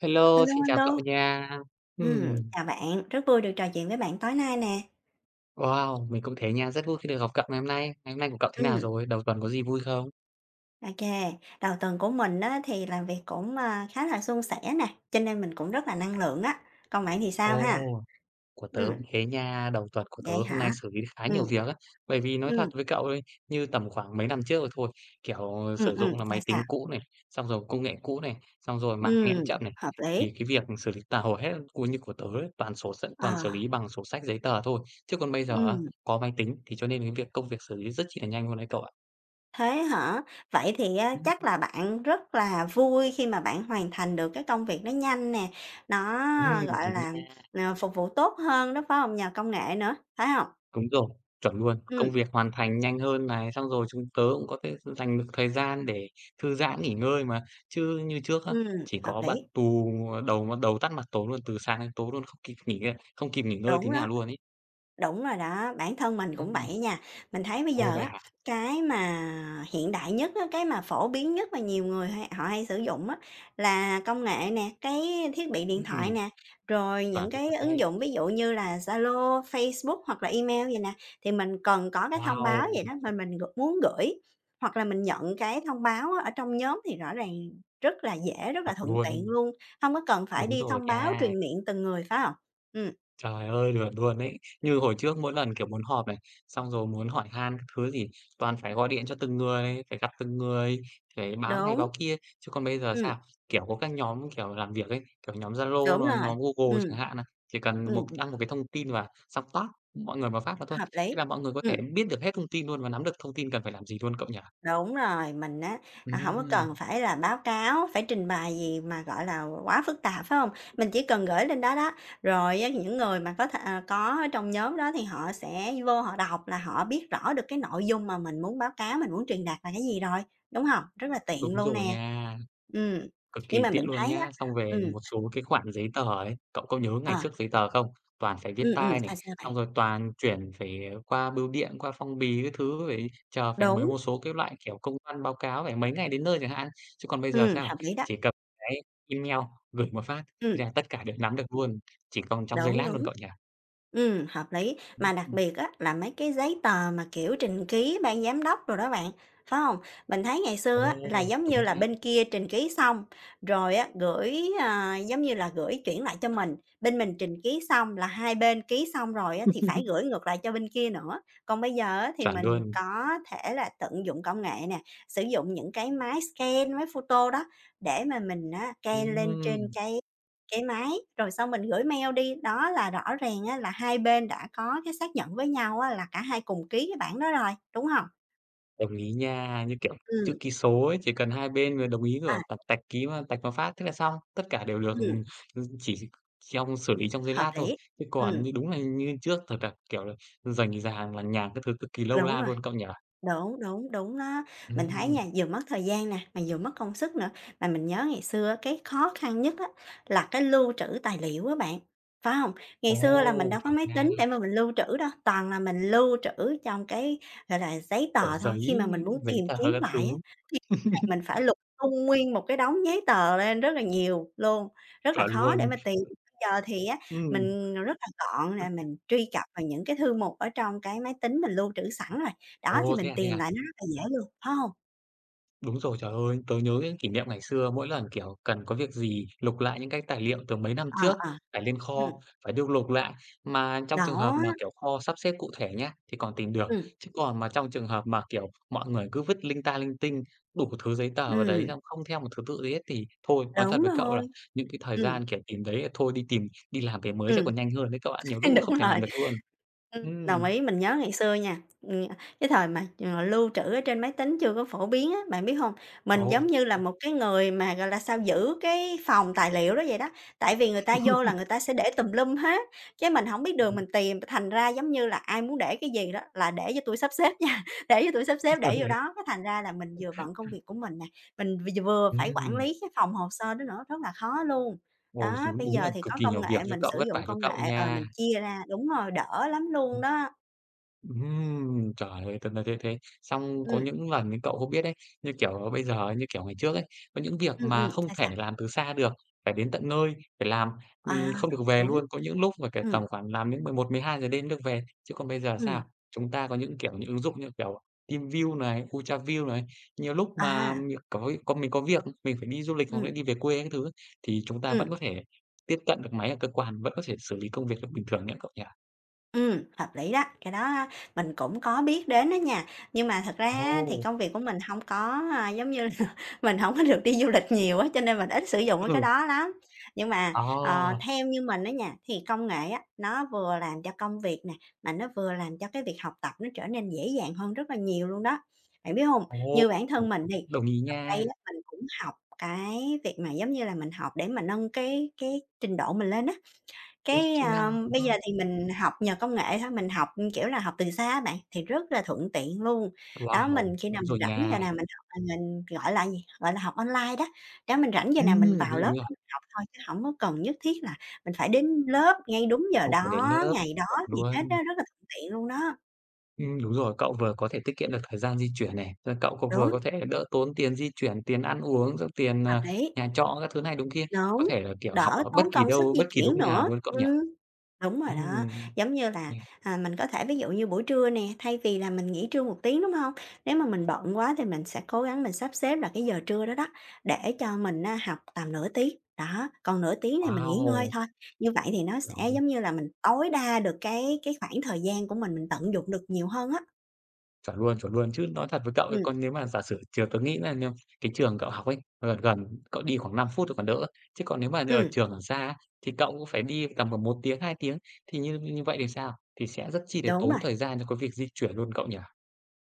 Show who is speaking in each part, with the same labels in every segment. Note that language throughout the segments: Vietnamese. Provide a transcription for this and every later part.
Speaker 1: Hello,
Speaker 2: Alo
Speaker 1: xin chào cậu
Speaker 2: alo,
Speaker 1: nha. Ừm,
Speaker 2: Chào bạn, rất vui được trò chuyện với bạn tối nay nè.
Speaker 1: wow, mình cũng thế nha, rất vui khi được gặp cậu ngày hôm nay. Ngày hôm nay của cậu thế nào
Speaker 2: Ừm,
Speaker 1: rồi? Đầu tuần có gì vui không?
Speaker 2: ô Đầu tuần của mình á thì làm việc cũng, à, khá là suôn sẻ nè, cho nên mình cũng rất là năng lượng á. Còn bạn thì sao
Speaker 1: Ồ,
Speaker 2: ha?
Speaker 1: của tớ cũng
Speaker 2: Ừm,
Speaker 1: thế nha, đầu tuần của
Speaker 2: Vậy
Speaker 1: tớ hôm nay
Speaker 2: hả?
Speaker 1: xử lý khá nhiều
Speaker 2: Ừm,
Speaker 1: việc á. Bởi vì nói thật
Speaker 2: ừm,
Speaker 1: với cậu ấy, như tầm khoảng mấy năm trước rồi thôi, kiểu, sử dụng là
Speaker 2: sao,
Speaker 1: máy
Speaker 2: sao?
Speaker 1: tính cũ này, xong rồi công nghệ cũ này, xong rồi mạng nghẽo
Speaker 2: Ừm,
Speaker 1: chậm này.
Speaker 2: Hợp lý.
Speaker 1: Thì cái việc xử lý tà hầu hết của như của tớ ấy, toàn sổ s
Speaker 2: Ờ,
Speaker 1: toàn xử lý bằng sổ sách giấy tờ thôi. Chứ còn bây giờ á,
Speaker 2: ừm.
Speaker 1: có máy tính thì cho nên cái việc công việc xử lý rất chi là nhanh luôn đấy cậu ạ.
Speaker 2: Thế hả? Vậy thì á, chắc là bạn rất là vui khi mà bạn hoàn thành được cái công việc nó nhanh nè, nó, gọi
Speaker 1: Chính
Speaker 2: là,
Speaker 1: nha,
Speaker 2: ờ, phục vụ tốt hơn đó, phải hông? Nhờ công nghệ nữa, phải hông?
Speaker 1: đúng rồi, chuẩn luôn.
Speaker 2: Ừm,
Speaker 1: Công việc hoàn thành nhanh hơn này, xong rồi chúng tớ cũng có thể dành được thời gian để thư giãn, nghỉ ngơi mà. Chứ như trước á,
Speaker 2: ừm,
Speaker 1: chỉ
Speaker 2: hợp
Speaker 1: có bận
Speaker 2: lý,
Speaker 1: tù đầu tắt mặt tối luôn, từ sáng đến tối luôn, không kịp nghỉ ngơi không kịp nghỉ ngơi tí
Speaker 2: đúng đó.
Speaker 1: nào luôn ấy.
Speaker 2: Đúng rồi đó, bản thân mình cũng
Speaker 1: Ừm,
Speaker 2: vậy nha. Mình thấy bây
Speaker 1: ồ,
Speaker 2: giờ
Speaker 1: vậy
Speaker 2: á,
Speaker 1: hả?
Speaker 2: cái mà hiện đại nhất á, cái mà phổ biến nhất mà nhiều người hay họ hay sử dụng á, là công nghệ nè, cái thiết bị điện thoại
Speaker 1: Ừm,
Speaker 2: nè, rồi những
Speaker 1: chuẩn
Speaker 2: cái
Speaker 1: luôn
Speaker 2: ứng
Speaker 1: đấy.
Speaker 2: dụng ví dụ như là Zalo, Facebook hoặc là email vậy nè, thì mình cần có cái thông báo
Speaker 1: Wow,
Speaker 2: vậy đó, mà mình gửi muốn gửi hoặc là mình nhận cái thông báo á, ở trong nhóm thì rõ ràng rất là dễ, rất là
Speaker 1: chuẩn
Speaker 2: thuận tiện
Speaker 1: luôn,
Speaker 2: luôn, không có cần phải
Speaker 1: đúng
Speaker 2: đi
Speaker 1: rồi
Speaker 2: thông báo
Speaker 1: nha.
Speaker 2: truyền miệng từng người, phải không? Ừm,
Speaker 1: Trời ơi, lượt luôn ấy. Như hồi trước mỗi lần, kiểu, muốn họp này, xong rồi muốn hỏi han các thứ gì, toàn phải gọi điện cho từng người, phải gặp từng người, phải báo này
Speaker 2: đúng.
Speaker 1: báo kia. Chứ còn bây giờ
Speaker 2: Ừ.
Speaker 1: sao? Kiểu, có các nhóm, kiểu, làm việc ấy, kiểu, nhóm Zalo
Speaker 2: Đúng
Speaker 1: rồi
Speaker 2: rồi,
Speaker 1: nhóm Google
Speaker 2: ừm.
Speaker 1: chẳng hạn này, chỉ cần
Speaker 2: Ừm,
Speaker 1: đăng một cái thông tin vào, xong toát, mọi người mà phát vào thôi.
Speaker 2: Hợp
Speaker 1: Thế
Speaker 2: lý.
Speaker 1: là mọi người có thể
Speaker 2: Ừm,
Speaker 1: biết được hết thông tin luôn và nắm được thông tin cần phải làm gì luôn cậu nhỉ?
Speaker 2: Đúng rồi, mình á, à, hổng có
Speaker 1: Ừm,
Speaker 2: cần phải là báo cáo, phải trình bày gì mà, gọi là, quá phức tạp, phải hông? Mình chỉ cần gửi lên đó đó, rồi á những người mà có thể à, có ở trong nhóm đó thì họ sẽ vô họ đọc là họ biết rõ được cái nội dung mà mình muốn báo cáo, mình muốn truyền đạt là cái gì rồi, đúng hông? Rất là tiện
Speaker 1: đúng
Speaker 2: luôn
Speaker 1: rồi
Speaker 2: nè.
Speaker 1: nha.
Speaker 2: Ừm,
Speaker 1: Cực
Speaker 2: nhưng
Speaker 1: kỳ
Speaker 2: mà
Speaker 1: tiện
Speaker 2: mình
Speaker 1: luôn
Speaker 2: thấy á,
Speaker 1: nhá. Xong về
Speaker 2: ừm,
Speaker 1: một số cái khoản giấy tờ ấy, cậu có nhớ ngày
Speaker 2: ờ,
Speaker 1: trước giấy tờ không? Toàn phải viết tay này,
Speaker 2: sao, sao bạn?
Speaker 1: xong rồi toàn chuyển phải qua bưu điện, qua phong bì các thứ, phải chờ mấy
Speaker 2: Đúng,
Speaker 1: một số cái loại, kiểu, công văn báo cáo phải mấy ngày đến nơi chẳng hạn. Chứ còn bây giờ sao?
Speaker 2: hợp lý đó,
Speaker 1: Chỉ cần cái email gửi một phát,
Speaker 2: ừm,
Speaker 1: thế là tất cả đều nắm được luôn, chỉ còn trong giây
Speaker 2: đúng,
Speaker 1: lát luôn
Speaker 2: đúng.
Speaker 1: cậu nhỉ?
Speaker 2: Hợp lý. Mà đặc
Speaker 1: Ừm,
Speaker 2: biệt á, là mấy cái giấy tờ mà, kiểu, trình ký ban giám đốc rồi đó bạn, phải không? Mình thấy ngày
Speaker 1: ồ,
Speaker 2: xưa á, là giống như
Speaker 1: đúng
Speaker 2: là
Speaker 1: nha,
Speaker 2: bên kia trình ký xong, rồi á, gửi, à, giống như là, gửi chuyển lại cho mình, bên mình trình ký xong là hai bên ký xong rồi á, thì phải gửi ngược lại cho bên kia nữa. Còn bây giờ á, thì
Speaker 1: chuẩn
Speaker 2: mình
Speaker 1: luôn.
Speaker 2: có thể là tận dụng công nghệ nè, sử dụng những cái máy scan, máy photo đó để mà scan lên trên
Speaker 1: Ừm.
Speaker 2: cái máy, rồi xong mình gửi mail đi, đó là rõ ràng á là hai bên đã có cái xác nhận với nhau á là cả hai cùng ký cái bản đó rồi, đúng hông?
Speaker 1: Đồng ý nha, như kiểu, chữ
Speaker 2: Ừm.
Speaker 1: ký số ấy, chỉ cần hai bên mà đồng ý
Speaker 2: À,
Speaker 1: rồi tạch tạch ký mà tạch mà phát, thế là xong, tất cả đều được,
Speaker 2: ừm.
Speaker 1: chỉ trong xử lý trong giây
Speaker 2: Hợp
Speaker 1: lát thôi.
Speaker 2: lý.
Speaker 1: Chứ
Speaker 2: Ừm,
Speaker 1: còn như đúng là như trước thật là, kiểu là, rành ràng, lằng nhằng các thứ cực kỳ lâu
Speaker 2: Đúng
Speaker 1: la
Speaker 2: rồi.
Speaker 1: luôn cậu nhỉ?
Speaker 2: Đúng, đúng, đúng đó. Mình thấy
Speaker 1: Ừm,
Speaker 2: nha, vừa mất thời gian nè, mà vừa mất công sức nữa. Mà mình nhớ ngày xưa á, cái khó khăn nhất á, là cái lưu trữ tài liệu á bạn, phải không?
Speaker 1: ồ,
Speaker 2: Ngày xưa là mình đâu có
Speaker 1: chuẩn
Speaker 2: máy
Speaker 1: nha,
Speaker 2: tính để mà mình lưu trữ đâu, toàn là mình lưu trữ trong cái, gọi là, giấy
Speaker 1: kiểu,
Speaker 2: tờ thôi.
Speaker 1: giấy
Speaker 2: Khi mà mình muốn
Speaker 1: giấy
Speaker 2: tìm
Speaker 1: tờ
Speaker 2: kiếm
Speaker 1: các
Speaker 2: lại á,
Speaker 1: thứ,
Speaker 2: thì mình phải lục tung nguyên một cái đống giấy tờ lên rất là nhiều luôn, rất là
Speaker 1: chuẩn
Speaker 2: khó để
Speaker 1: luôn.
Speaker 2: mà tìm. Bây giờ thì á,
Speaker 1: Ừm,
Speaker 2: mình rất là gọn nè, mình truy cập vào những cái thư mục ở trong cái máy tính mình lưu trữ sẵn rồi. Đó, thì
Speaker 1: ồ, thế
Speaker 2: mình
Speaker 1: à, thế
Speaker 2: tìm
Speaker 1: à?
Speaker 2: lại nó rất là dễ luôn, phải hông?
Speaker 1: Đúng rồi, trời ơi, tớ nhớ cái kỷ niệm ngày xưa mỗi lần, kiểu, cần có việc gì, lục lại những cái tài liệu từ mấy năm
Speaker 2: Ờ,
Speaker 1: trước,
Speaker 2: ờ,
Speaker 1: phải lên
Speaker 2: ừm,
Speaker 1: kho, phải điêu lục lại. Mà trong trường hợp
Speaker 2: đó,
Speaker 1: mà, kiểu, kho sắp xếp cụ thể nhá, thì còn tìm được,
Speaker 2: ừm,
Speaker 1: chứ còn mà trong trường hợp mà, kiểu, mọi người cứ vứt linh ta linh tinh, đủ thứ giấy tờ vào đấy
Speaker 2: ừm,
Speaker 1: xong không theo một thứ tự gì hết thì thôi, nói thật
Speaker 2: đúng
Speaker 1: với cậu
Speaker 2: rồi.
Speaker 1: là những cái thời
Speaker 2: Ừm,
Speaker 1: gian, kiểu, tìm đấy là thôi đi tìm đi làm về mới chắc
Speaker 2: ừm,
Speaker 1: còn nhanh hơn đấy cậu ạ, nhiều lúc là không
Speaker 2: đúng
Speaker 1: thể
Speaker 2: rồi.
Speaker 1: làm được luôn. Ừm,
Speaker 2: Đồng ý, mình nhớ ngày xưa nha, cái thời mà, ờ, lưu trữ ở trên máy tính chưa có phổ biến á, bạn biết hông? Mình
Speaker 1: ồ.
Speaker 2: giống như là một cái người mà, gọi là sao, giữ cái phòng tài liệu đó vậy đó, tại vì người ta vô là người ta sẽ để tùm lum hết, cái mình hổng biết đường mình tìm, thành ra giống như là ai muốn để cái gì đó là để cho tui sắp xếp nha, để cho tui sắp xếp để vô đó, cái thành ra là mình vừa bận công việc của mình nè, mình v vừa phải quản
Speaker 1: Ừm.
Speaker 2: lý cái phòng hồ sơ đó nữa, rất là khó luôn.
Speaker 1: Ồ,
Speaker 2: Đó,
Speaker 1: đúng
Speaker 2: bây
Speaker 1: đúng
Speaker 2: giờ
Speaker 1: là
Speaker 2: thì
Speaker 1: cực
Speaker 2: có
Speaker 1: kỳ
Speaker 2: công
Speaker 1: nhiều việc
Speaker 2: nghệ,
Speaker 1: cho
Speaker 2: mình
Speaker 1: cậu,
Speaker 2: sử
Speaker 1: vất
Speaker 2: dụng
Speaker 1: vả cho
Speaker 2: công
Speaker 1: cậu
Speaker 2: nghệ, ờ, mình
Speaker 1: nha.
Speaker 2: chia ra đúng rồi, đỡ lắm luôn đó.
Speaker 1: Trời ơi, thật là thế thế. Xong có
Speaker 2: Ừm,
Speaker 1: những lần ấy cậu không biết đấy, như kiểu, bây giờ như kiểu ngày trước ấy, có những việc mà không
Speaker 2: sao,
Speaker 1: thể
Speaker 2: sao?
Speaker 1: làm từ xa được, phải đến tận nơi, phải làm,
Speaker 2: À,
Speaker 1: không được về
Speaker 2: đúng.
Speaker 1: luôn. Có những lúc mà phải
Speaker 2: Ừm,
Speaker 1: tầm khoảng làm đến mười mười một, mười hai giờ đêm được về. Chứ còn bây giờ
Speaker 2: ừm,
Speaker 1: sao? Chúng ta có những, kiểu, những ứng dụng như kiểu TeamView này, ULTRAView này, nhiều lúc mà
Speaker 2: à,
Speaker 1: việc có còn mình có việc, mình phải đi du lịch hoặc là
Speaker 2: ừm,
Speaker 1: đi về quê các thứ, thì chúng ta vẫn
Speaker 2: ừm.
Speaker 1: có thể tiếp cận được máy ở cơ quan, vẫn có thể xử lý công việc được bình thường nhé cậu nhỉ?
Speaker 2: Hợp lý đó, cái đó á mình cũng có biết đến đó nha. Nhưng mà thật ra á thì
Speaker 1: Ồ!
Speaker 2: công việc của mình không có, à, giống như là, mình không có được đi du lịch nhiều á, cho nên mình ít sử dụng cái
Speaker 1: Ừ,
Speaker 2: đó lắm. Nhưng mà,
Speaker 1: ờ.
Speaker 2: ờ, theo như mình á nha, thì công nghệ á, nó vừa làm cho công việc nè, mà nó vừa làm cho cái việc học tập nó trở nên dễ dàng hơn rất là nhiều luôn đó. Bạn biết không?
Speaker 1: Ồ,
Speaker 2: Như bản thân mình
Speaker 1: đồng
Speaker 2: đi,
Speaker 1: đồng ý
Speaker 2: gần
Speaker 1: nha,
Speaker 2: đây á, mình cũng học cái việc mà, giống như là, mình học để mà nâng cái trình độ mình lên á.
Speaker 1: cái
Speaker 2: Cái,
Speaker 1: kỹ
Speaker 2: a,
Speaker 1: năng, đúng
Speaker 2: bây giờ
Speaker 1: không?
Speaker 2: thì mình học nhờ công nghệ thôi, mình học, kiểu là, học từ xa á bạn, thì rất là thuận tiện luôn. Đó, mình
Speaker 1: Wow,
Speaker 2: khi nào
Speaker 1: đúng
Speaker 2: mình
Speaker 1: rồi
Speaker 2: rảnh giờ
Speaker 1: nha.
Speaker 2: nào mình học là mình, gọi là, gì, gọi là, học online đó. Đó, mình rảnh giờ nào mình vào lớp
Speaker 1: Đúng rồi,
Speaker 2: đó mình học thôi chứ hổng có cần nhất thiết là mình phải đến lớp ngay đúng giờ
Speaker 1: không phải đến
Speaker 2: đó,
Speaker 1: lớp
Speaker 2: ngày đó
Speaker 1: chuẩn
Speaker 2: gì hết á,
Speaker 1: luôn.
Speaker 2: rất là thuận tiện luôn đó.
Speaker 1: Đúng rồi, cậu vừa có thể tiết kiệm được thời gian di chuyển này, rồi cậu còn vừa
Speaker 2: Đúng,
Speaker 1: có thể đỡ tốn tiền di chuyển, tiền ăn uống, rồi tiền,
Speaker 2: hợp
Speaker 1: à,
Speaker 2: lý,
Speaker 1: nhà trọ các thứ này đúng kia, có
Speaker 2: đúng,
Speaker 1: thể là, kiểu, học
Speaker 2: đỡ
Speaker 1: ở bất
Speaker 2: tốn
Speaker 1: kỳ
Speaker 2: công sức
Speaker 1: đâu,
Speaker 2: di
Speaker 1: bất kỳ lúc
Speaker 2: chuyển
Speaker 1: nào
Speaker 2: nữa.
Speaker 1: luôn cậu nhỉ?
Speaker 2: Ừm. Đúng rồi đó,
Speaker 1: Ừm,
Speaker 2: giống như là,
Speaker 1: yeah,
Speaker 2: à, mình có thể ví dụ như buổi trưa nè, thay vì là mình nghỉ trưa một tiếng, đúng không? Nếu mà mình bận quá thì mình sẽ cố gắng mình sắp xếp là cái giờ trưa đó đó, để cho mình á học tầm nửa tiếng, đó, còn nửa tiếng này mình nghỉ ngơi
Speaker 1: wow,
Speaker 2: thôi. Như vậy thì nó sẽ
Speaker 1: trời
Speaker 2: giống như là mình tối đa được cái khoảng thời gian của mình tận dụng được nhiều hơn á.
Speaker 1: chuẩn luôn, chuẩn luôn. Chứ nói thật với cậu
Speaker 2: ừ
Speaker 1: ấy, còn nếu mà giả sử trường tớ nghĩ là nếu cái trường cậu học ấy, gần gần cậu đi khoảng 5 phút thì còn đỡ, chứ còn nếu mà ở
Speaker 2: ừm,
Speaker 1: trường ở xa á, thì cậu cũng phải đi tầm khoảng một tiếng, 2 tiếng, thì như như vậy thì sao? Thì sẽ rất chi để
Speaker 2: đúng
Speaker 1: tốn
Speaker 2: rồi.
Speaker 1: thời gian cho cái việc di chuyển luôn cậu nhỉ?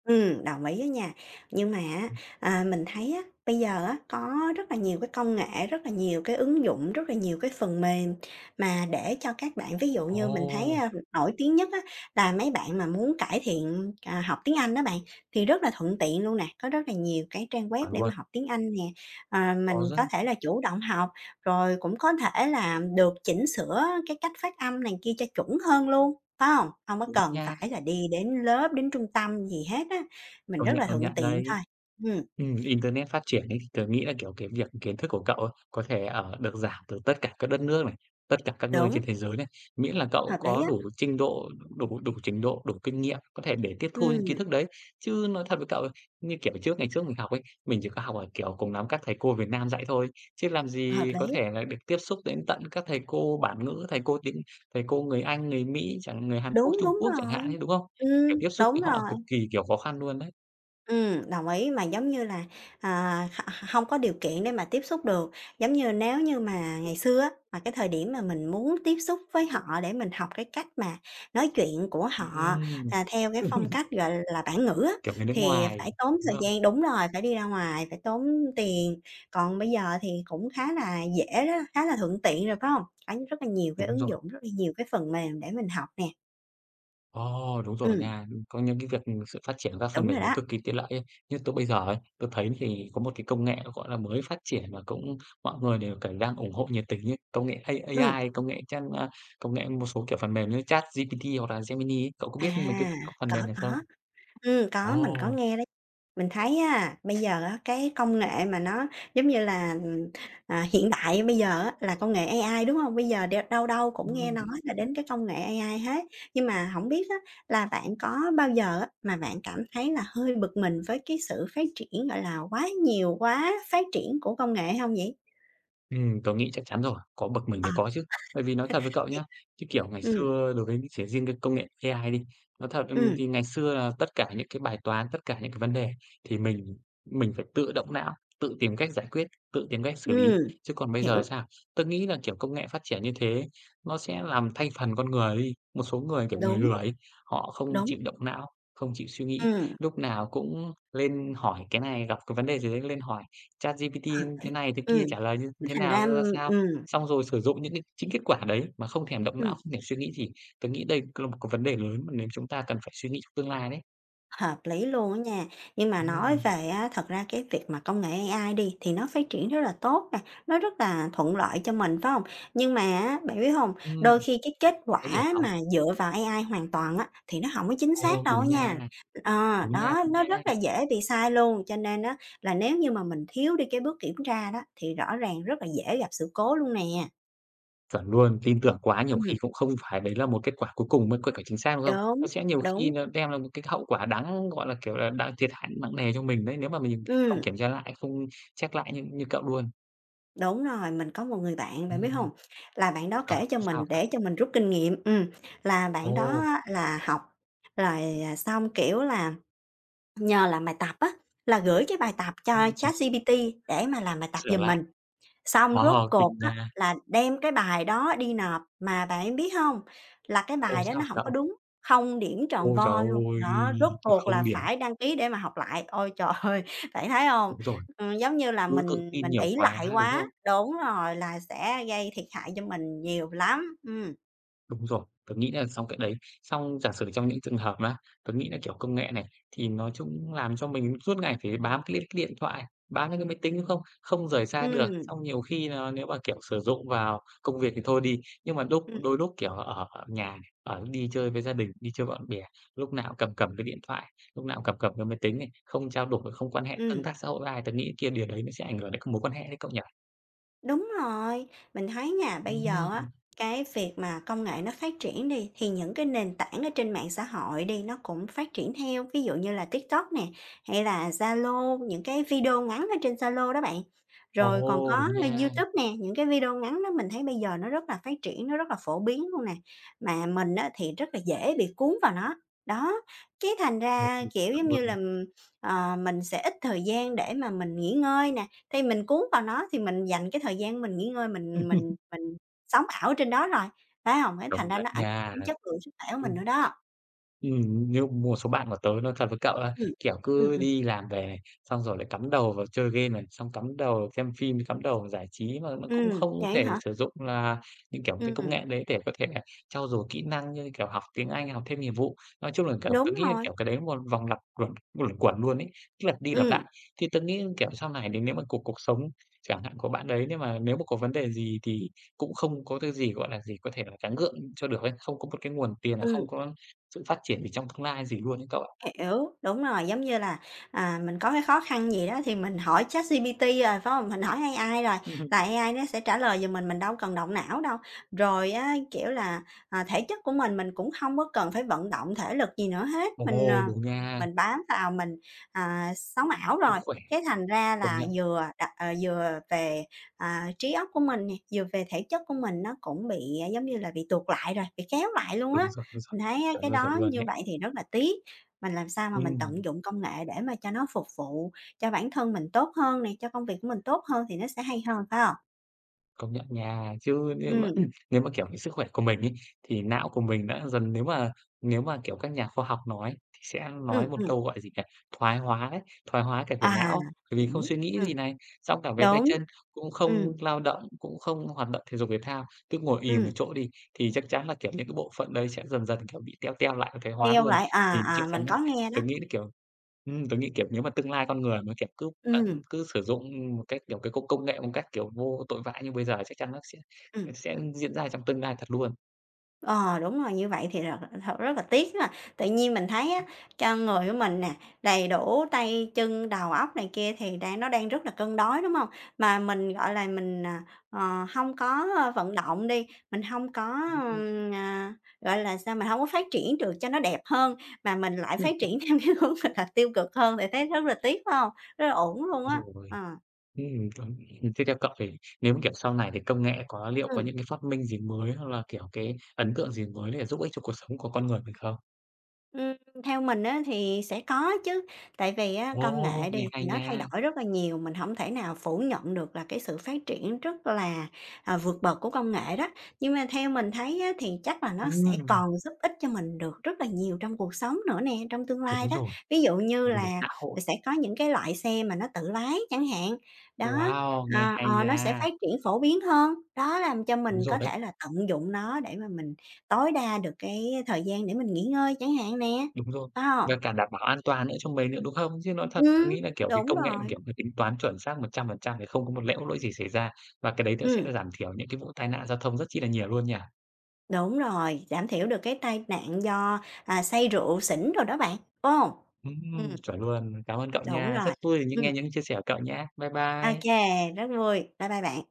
Speaker 2: Đồng ý á nha. Nhưng mà á,
Speaker 1: Ừm.
Speaker 2: à, mình thấy á, bây giờ á, có rất là nhiều cái công nghệ, rất là nhiều cái ứng dụng, rất là nhiều cái phần mềm mà để cho các bạn ví dụ như mình thấy,
Speaker 1: Ồ!
Speaker 2: a, nổi tiếng nhất á, là mấy bạn mà muốn cải thiện, à, học tiếng Anh đó bạn, thì rất là thuận tiện luôn nè. Có rất là nhiều cái trang web
Speaker 1: Chuẩn
Speaker 2: để mà
Speaker 1: luôn,
Speaker 2: học tiếng Anh nè, ờ,
Speaker 1: có
Speaker 2: mình
Speaker 1: rất
Speaker 2: có thể là chủ động học, rồi cũng có thể là được chỉnh sửa cái cách phát âm này kia cho chuẩn hơn luôn, phải hông? Hông có
Speaker 1: đúng
Speaker 2: cần
Speaker 1: nha.
Speaker 2: phải là đi đến lớp, đến trung tâm gì hết á, mình rất là
Speaker 1: Công nhận
Speaker 2: thuận tiện
Speaker 1: đấy.
Speaker 2: thôi. Ừm,
Speaker 1: Internet phát triển ấy, thì tớ nghĩ là, kiểu, cái việc kiến thức của cậu ấy có thể, ở được giảm từ tất cả các đất nước này, tất cả các nơi
Speaker 2: đúng,
Speaker 1: trên thế giới này, miễn là cậu
Speaker 2: hợp lý
Speaker 1: có đủ
Speaker 2: á,
Speaker 1: trình độ, đủ đủ trình độ, đủ kinh nghiệm có thể để tiếp thu những
Speaker 2: ừm,
Speaker 1: kiến thức đấy. Chứ nói thật với cậu, ấy, như kiểu ngày trước mình học ấy, mình chỉ có học ở, kiểu, cùng lắm các thầy cô Việt Nam dạy thôi, chứ làm
Speaker 2: hợp
Speaker 1: gì
Speaker 2: lý,
Speaker 1: có thể là được tiếp xúc đến tận các thầy cô bản ngữ, thầy cô tiếng thầy cô người Anh, người Mỹ chẳng người Hàn Quốc,
Speaker 2: đúng,
Speaker 1: Trung
Speaker 2: đúng
Speaker 1: Quốc chẳng hạn
Speaker 2: rồi,
Speaker 1: ấy, đúng không? Kiểu, tiếp xúc với
Speaker 2: đúng
Speaker 1: họ cực
Speaker 2: rồi.
Speaker 1: kỳ, kiểu, khó khăn luôn đấy.
Speaker 2: Đồng ý, mà giống như là, à, h hông có điều kiện để mà tiếp xúc được. Giống như nếu như mà ngày xưa á, mà cái thời điểm mà mình muốn tiếp xúc với họ để mình học cái cách mà nói chuyện của họ,
Speaker 1: Ừm.
Speaker 2: à, theo cái phong cách, gọi là, bản ngữ á,
Speaker 1: Kiểu người nước
Speaker 2: thì phải
Speaker 1: ngoài,
Speaker 2: tốn thời
Speaker 1: đúng không?
Speaker 2: gian đúng rồi, phải đi ra ngoài, phải tốn tiền. Còn bây giờ thì cũng khá là dễ đó, khá là thuận tiện rồi, phải hông? Có rất là nhiều cái
Speaker 1: Đúng
Speaker 2: ứng
Speaker 1: rồi.
Speaker 2: dụng, rất là nhiều cái phần mềm để mình học nè.
Speaker 1: Ồ, đúng rồi
Speaker 2: Ừm,
Speaker 1: nha. Có những cái việc sự phát triển các phần
Speaker 2: Đúng rồi
Speaker 1: mềm thì
Speaker 2: đó.
Speaker 1: cực kỳ tiện lợi ấy. Như tôi bây giờ ấy, tôi thấy thì có một cái công nghệ, gọi là, mới phát triển và cũng mọi người đều, kiểu, đang ủng hộ nhiệt tình ấy, công nghệ
Speaker 2: Ừm,
Speaker 1: AI, công nghệ chat a, công nghệ một số kiểu phần mềm như ChatGPT hoặc là Gemini ấy. Cậu có
Speaker 2: à,
Speaker 1: biết mấy cái phần
Speaker 2: có,
Speaker 1: mềm này không?
Speaker 2: có. Có, mình có
Speaker 1: Ồ!
Speaker 2: nghe đấy. Mình thấy á, bây giờ á, cái công nghệ mà nó, giống như là, hiện đại bây giờ á, là công nghệ AI, đúng không? Bây giờ đâu đâu cũng nghe
Speaker 1: Ừm.
Speaker 2: nói là đến cái công nghệ AI hết. Nhưng mà không biết á, là bạn có bao giờ á, mà bạn cảm thấy là hơi bực mình với cái sự phát triển, gọi là, quá nhiều, quá phát triển của công nghệ không vậy?
Speaker 1: Tớ nghĩ chắc chắn rồi, có bậc mình
Speaker 2: Ờ,
Speaker 1: thì có chứ. Bởi vì nói thật với cậu
Speaker 2: thiệt
Speaker 1: nhá, chứ, kiểu, ngày
Speaker 2: ừm,
Speaker 1: xưa đối với chỉ riêng cái công nghệ AI đi, nói thật,
Speaker 2: ừm,
Speaker 1: thì ngày xưa là tất cả những cái bài toán, tất cả những cái vấn đề thì mình phải tự động não, tự tìm cách giải quyết, tự tìm cách xử lý.
Speaker 2: ừm,
Speaker 1: Chứ còn bây giờ
Speaker 2: hiểu,
Speaker 1: sao? Tớ nghĩ là, kiểu, công nghệ phát triển như thế nó sẽ làm thay phần con người đi. Một số người, kiểu, người
Speaker 2: đúng,
Speaker 1: lười họ không
Speaker 2: đúng,
Speaker 1: chịu động não, không chịu suy nghĩ,
Speaker 2: ừm,
Speaker 1: lúc nào cũng lên hỏi cái này, gặp cái vấn đề gì đấy lên hỏi. ChatGPT
Speaker 2: hợp
Speaker 1: thế
Speaker 2: lý,
Speaker 1: này thế kia,
Speaker 2: ừm,
Speaker 1: trả lời như thế
Speaker 2: thành
Speaker 1: nào,
Speaker 2: ra
Speaker 1: ra ra sao. Xong rồi sử dụng những cái chính kết quả đấy mà không thèm động
Speaker 2: ừm.
Speaker 1: não, không thèm suy nghĩ thì tớ nghĩ đây là một cái vấn đề lớn mà nếu chúng ta cần phải suy nghĩ trong tương lai đấy.
Speaker 2: Hợp lý luôn á nha. Nhưng mà nói
Speaker 1: Ừm,
Speaker 2: về á, thật ra cái việc mà công nghệ AI đi thì nó phát triển rất là tốt nè, nó rất là thuận lợi cho mình, phải không? Nhưng mà á, bạn biết hông, đôi
Speaker 1: ừm,
Speaker 2: khi cái kết
Speaker 1: thế thì hả
Speaker 2: quả
Speaker 1: cậu?
Speaker 2: mà dựa vào AI hoàn toàn á, thì nó không có chính xác
Speaker 1: Ồ,
Speaker 2: đâu á
Speaker 1: đúng nha,
Speaker 2: nha. Ờ,
Speaker 1: đúng nha,
Speaker 2: đó,
Speaker 1: đúng
Speaker 2: nó
Speaker 1: nha.
Speaker 2: rất là dễ bị sai luôn, cho nên á, là nếu như mà mình thiếu đi cái bước kiểm tra đó, thì rõ ràng rất là dễ gặp sự cố luôn nè.
Speaker 1: Chuẩn luôn, tin tưởng quá nhiều khi
Speaker 2: Ừm,
Speaker 1: cũng không phải đấy là một kết quả cuối cùng mới có thể chính xác, đúng không?
Speaker 2: đúng,
Speaker 1: Nó sẽ nhiều khi
Speaker 2: đúng,
Speaker 1: nó đem là một cái hậu quả đáng, gọi là, kiểu là, đáng thiệt hại nặng nề cho mình đấy, nếu mà mình
Speaker 2: ừm.
Speaker 1: không kiểm tra lại, không check lại như như cậu luôn.
Speaker 2: Đúng rồi, mình có một người bạn, bạn biết hông?
Speaker 1: Ừm,
Speaker 2: Là bạn đó
Speaker 1: ờ,
Speaker 2: kể cho
Speaker 1: thế sao hả
Speaker 2: mình
Speaker 1: cậu?
Speaker 2: để cho mình rút kinh nghiệm, là bạn đó
Speaker 1: Ồ,
Speaker 2: á là học rồi, xong, kiểu là, nhờ làm bài tập á, là gửi cái bài tập cho
Speaker 1: ừm.
Speaker 2: ChatGPT để mà làm bài tập
Speaker 1: Sửa
Speaker 2: giùm
Speaker 1: lại.
Speaker 2: mình. Xong rốt
Speaker 1: Ờ, kinh
Speaker 2: cuộc
Speaker 1: ừm
Speaker 2: á
Speaker 1: nha.
Speaker 2: là đem cái bài đó đi nộp, mà bạn biết hông? Là cái
Speaker 1: Ô
Speaker 2: bài đó
Speaker 1: sao
Speaker 2: nó
Speaker 1: hả
Speaker 2: hổng có
Speaker 1: cậu?
Speaker 2: đúng, không điểm tròn
Speaker 1: Ôi trời
Speaker 2: vo luôn,
Speaker 1: ơi!
Speaker 2: đó, rốt cuộc là
Speaker 1: Không điểm.
Speaker 2: phải đăng ký để mà học lại. Ôi trời ơi, bạn thấy hông?
Speaker 1: Đúng rồi,
Speaker 2: Giống như là
Speaker 1: cứ tự
Speaker 2: mình
Speaker 1: tin
Speaker 2: mình
Speaker 1: nhiều
Speaker 2: ỷ lại
Speaker 1: quá, đúng
Speaker 2: quá
Speaker 1: không?
Speaker 2: đúng rồi, là sẽ gây thiệt hại cho mình nhiều lắm.
Speaker 1: Đúng rồi, tớ nghĩ là xong cái đấy. Xong giả sử trong những trường hợp mà tớ nghĩ là, kiểu, công nghệ này, thì nó chung làm cho mình suốt ngày phải bám cái điện thoại, bám cái máy tính, đúng không? Không rời xa được,
Speaker 2: Ừm,
Speaker 1: xong nhiều khi là nếu mà, kiểu, sử dụng vào công việc thì thôi đi, nhưng mà đúc
Speaker 2: ừm,
Speaker 1: đôi lúc, kiểu, ở ở nhà này, ở đi chơi với gia đình, đi chơi bạn bè, lúc nào cũng cầm cầm cái điện thoại, lúc nào cũng cầm cầm cái máy tính này, không trao đổi, không quan hệ tương
Speaker 2: ừm.
Speaker 1: tác xã hội với ai, tớ nghĩ kia điều đấy nó sẽ ảnh hưởng đến các mối quan hệ đấy cậu nhỉ?
Speaker 2: Đúng rồi, mình thấy nha, bây giờ
Speaker 1: Ừm,
Speaker 2: á, cái việc mà công nghệ nó phát triển đi, thì những cái nền tảng ở trên mạng xã hội đi, nó cũng phát triển theo, ví dụ như là TikTok nè, hay là Zalo, những cái video ngắn ở trên Zalo đó bạn. Rồi còn
Speaker 1: ồ, đúng
Speaker 2: có
Speaker 1: nha,
Speaker 2: YouTube nè, những cái video ngắn đó mình thấy bây giờ nó rất là phát triển, nó rất là phổ biến luôn nè, mà mình á, thì rất là dễ bị cuốn vào nó. Đó, cái thành ra, kiểu,
Speaker 1: chuẩn
Speaker 2: giống như
Speaker 1: luôn,
Speaker 2: là, ờ, mình sẽ ít thời gian để mà mình nghỉ ngơi nè, thì mình cuốn vào nó thì mình dành cái thời gian mình nghỉ ngơi, mình sống ảo trên đó rồi, phải hông? Cái thành
Speaker 1: đồng
Speaker 2: ra
Speaker 1: đấy
Speaker 2: nó ảnh
Speaker 1: nha.
Speaker 2: đến chất lượng sức khỏe của
Speaker 1: Ừm,
Speaker 2: mình nữa đó.
Speaker 1: như một số bạn của tớ nói thật với cậu là,
Speaker 2: Ừm.
Speaker 1: kiểu,
Speaker 2: Ừm,
Speaker 1: cứ
Speaker 2: ừm.
Speaker 1: đi làm về xong rồi lại cắm đầu vào chơi game này, xong cắm đầu xem phim, cắm đầu vào giải trí mà nó cũng không
Speaker 2: Vậy
Speaker 1: thể
Speaker 2: hả?
Speaker 1: sử dụng là những, kiểu, cái công
Speaker 2: Ừm,
Speaker 1: nghệ đấy để có thể trau dồi kỹ năng như, kiểu, học tiếng Anh, học thêm nghiệp vụ. Nói chung là, kiểu, tớ
Speaker 2: đúng
Speaker 1: nghĩ là,
Speaker 2: rồi.
Speaker 1: kiểu, cái đấy một vòng lặp luẩn luẩn quẩn luôn ấy, cứ lặp đi lặp
Speaker 2: Ừm,
Speaker 1: lại. Thì tớ nghĩ, kiểu, sau này thì nếu mà cuộc cuộc sống chẳng hạn của bạn đấy, nếu mà có vấn đề gì thì cũng không có cái gì, gọi là gì, có thể là gắng gượng cho được ấy, không có một cái nguồn tiền,
Speaker 2: ừm.
Speaker 1: không có sự phát triển về trong tương lai gì luôn ấy cậu ạ.
Speaker 2: Hiểu, đúng rồi, giống như là, mình có cái khó khăn gì đó thì mình hỏi ChatGPT rồi, phải không? Mình hỏi AI rồi
Speaker 1: Ừm.
Speaker 2: là AI nó sẽ trả lời giùm mình đâu cần động não đâu. Rồi á, kiểu là, thể chất của mình cũng không có cần phải vận động thể lực gì nữa hết, mình, ờ,
Speaker 1: Ồ, đúng nha,
Speaker 2: mình bám vào mình, sống ảo
Speaker 1: sức
Speaker 2: rồi,
Speaker 1: khỏe,
Speaker 2: cái thành ra
Speaker 1: công
Speaker 2: là
Speaker 1: nhận,
Speaker 2: vừa ờ, vừa về, trí óc của mình nè, vừa về thể chất của mình nó cũng bị, giống như là, bị tuột lại rồi, bị kéo lại luôn á.
Speaker 1: đúng rồi,
Speaker 2: Mình thấy á, cái
Speaker 1: chuẩn
Speaker 2: đó
Speaker 1: luôn
Speaker 2: như
Speaker 1: đấy.
Speaker 2: vậy thì rất là tiếc. Mình làm sao mà mình tận
Speaker 1: Ừm.
Speaker 2: dụng công nghệ để mà cho nó phục vụ cho bản thân mình tốt hơn này cho công việc của mình tốt hơn thì nó sẽ hay hơn, phải không?
Speaker 1: Công nhận nha, chứ nếu mà
Speaker 2: Ừm,
Speaker 1: ừ, nếu mà, kiểu, cái sức khỏe của mình ấy, thì não của mình đã dần nếu mà, kiểu, các nhà khoa học nói thì sẽ
Speaker 2: ừm,
Speaker 1: nói một
Speaker 2: ừm,
Speaker 1: câu, gọi gì nhỉ, thoái hóa đấy, thoái hóa cả về
Speaker 2: à,
Speaker 1: não, bởi vì không
Speaker 2: hiểu,
Speaker 1: suy nghĩ gì này, xong cả về tay
Speaker 2: đúng.
Speaker 1: chân cũng
Speaker 2: Ừm,
Speaker 1: không lao động, cũng không hoạt động thể dục thể thao, cứ ngồi ì một
Speaker 2: ừm,
Speaker 1: chỗ đi thì chắc chắn là, kiểu, những cái bộ phận đấy sẽ dần dần, kiểu, bị teo teo lại và thoái hóa
Speaker 2: theo
Speaker 1: luôn.
Speaker 2: lại
Speaker 1: Thì chắc
Speaker 2: mình
Speaker 1: chắn
Speaker 2: có
Speaker 1: ấy,
Speaker 2: nghe
Speaker 1: tớ
Speaker 2: đó.
Speaker 1: nghĩ là, kiểu. Tớ nghĩ, kiểu, nếu mà tương lai con người mà, kiểu, cứ
Speaker 2: Ừm,
Speaker 1: tận cứ sử dụng một cách, kiểu, cái công công nghệ một cách, kiểu, vô tội vạ như bây giờ chắc chắn nó sẽ
Speaker 2: ừm.
Speaker 1: diễn ra trong tương lai thật luôn.
Speaker 2: Ờ, đúng rồi, như vậy thì thật thật rất là tiếc ha. Tự nhiên mình thấy á, cho người của mình nè, đầy đủ tay chân, đầu óc này kia thì đang nó đang rất là cân đối, đúng không? Mà mình, gọi là, mình, hông có, ơ, vận động đi, mình không có,
Speaker 1: Ừm.
Speaker 2: gọi là, sao, mình không có phát triển được cho nó đẹp hơn, mà mình lại phát triển theo cái hướng, là, tiêu cực hơn thì thấy rất là tiếc, phải không? Rất là uổng luôn á,
Speaker 1: Rồi,
Speaker 2: ờ.
Speaker 1: còn thế theo cậu thì nếu mà, kiểu, sau này thì công nghệ có liệu có
Speaker 2: Ừm.
Speaker 1: những cái phát minh gì mới hoặc là, kiểu, cái ấn tượng gì mới để giúp ích cho cuộc sống của con người mình không?
Speaker 2: Ừm, theo mình á thì sẽ có chứ, tại vì á công
Speaker 1: Ồ,
Speaker 2: nghệ đi
Speaker 1: nghe
Speaker 2: thì
Speaker 1: hay
Speaker 2: nó thay
Speaker 1: nha!
Speaker 2: đổi rất là nhiều, mình không thể nào phủ nhận được là cái sự phát triển rất là, vượt bậc của công nghệ đó. Nhưng mà theo mình thấy á thì chắc là nó sẽ
Speaker 1: Ừm,
Speaker 2: còn giúp ích cho mình được rất là nhiều trong cuộc sống nữa nè, trong tương lai
Speaker 1: đúng
Speaker 2: đó.
Speaker 1: rồi,
Speaker 2: Ví dụ như
Speaker 1: về
Speaker 2: là
Speaker 1: xã hội.
Speaker 2: sẽ có những cái loại xe mà nó tự lái chẳng hạn, đó,
Speaker 1: Wow, nghe hay
Speaker 2: nó
Speaker 1: nha!
Speaker 2: sẽ phát triển phổ biến hơn, đó làm cho
Speaker 1: Đúng
Speaker 2: mình
Speaker 1: rồi
Speaker 2: có
Speaker 1: đấy.
Speaker 2: thể là tận dụng nó để mà mình tối đa được cái thời gian để mình nghỉ ngơi chẳng hạn nè,
Speaker 1: Đúng rồi,
Speaker 2: phải
Speaker 1: và
Speaker 2: hông?
Speaker 1: cả đảm bảo an toàn nữa cho mình nữa, đúng không? Chứ nói thật, tớ
Speaker 2: Ừm,
Speaker 1: nghĩ là, kiểu, cái
Speaker 2: đúng
Speaker 1: công nghệ mà,
Speaker 2: rồi,
Speaker 1: kiểu, cái tính toán chuẩn xác 100% thì không có một lẽo lỗi gì xảy ra, và cái đấy nó sẽ
Speaker 2: ừm,
Speaker 1: là giảm thiểu những cái vụ tai nạn giao thông rất chi là nhiều luôn nhỉ?
Speaker 2: đúng rồi, giảm thiểu được cái tai nạn do, say rượu xỉn đồ đó bạn, phải hông? Ừm,
Speaker 1: Chuẩn luôn. Cảm ơn cậu
Speaker 2: đúng
Speaker 1: nha, rất
Speaker 2: rồi,
Speaker 1: vui được những
Speaker 2: ừm,
Speaker 1: nghe những chia sẻ của cậu nhá. Bye
Speaker 2: ô
Speaker 1: bye.
Speaker 2: kê, rất vui. Bye bye bạn.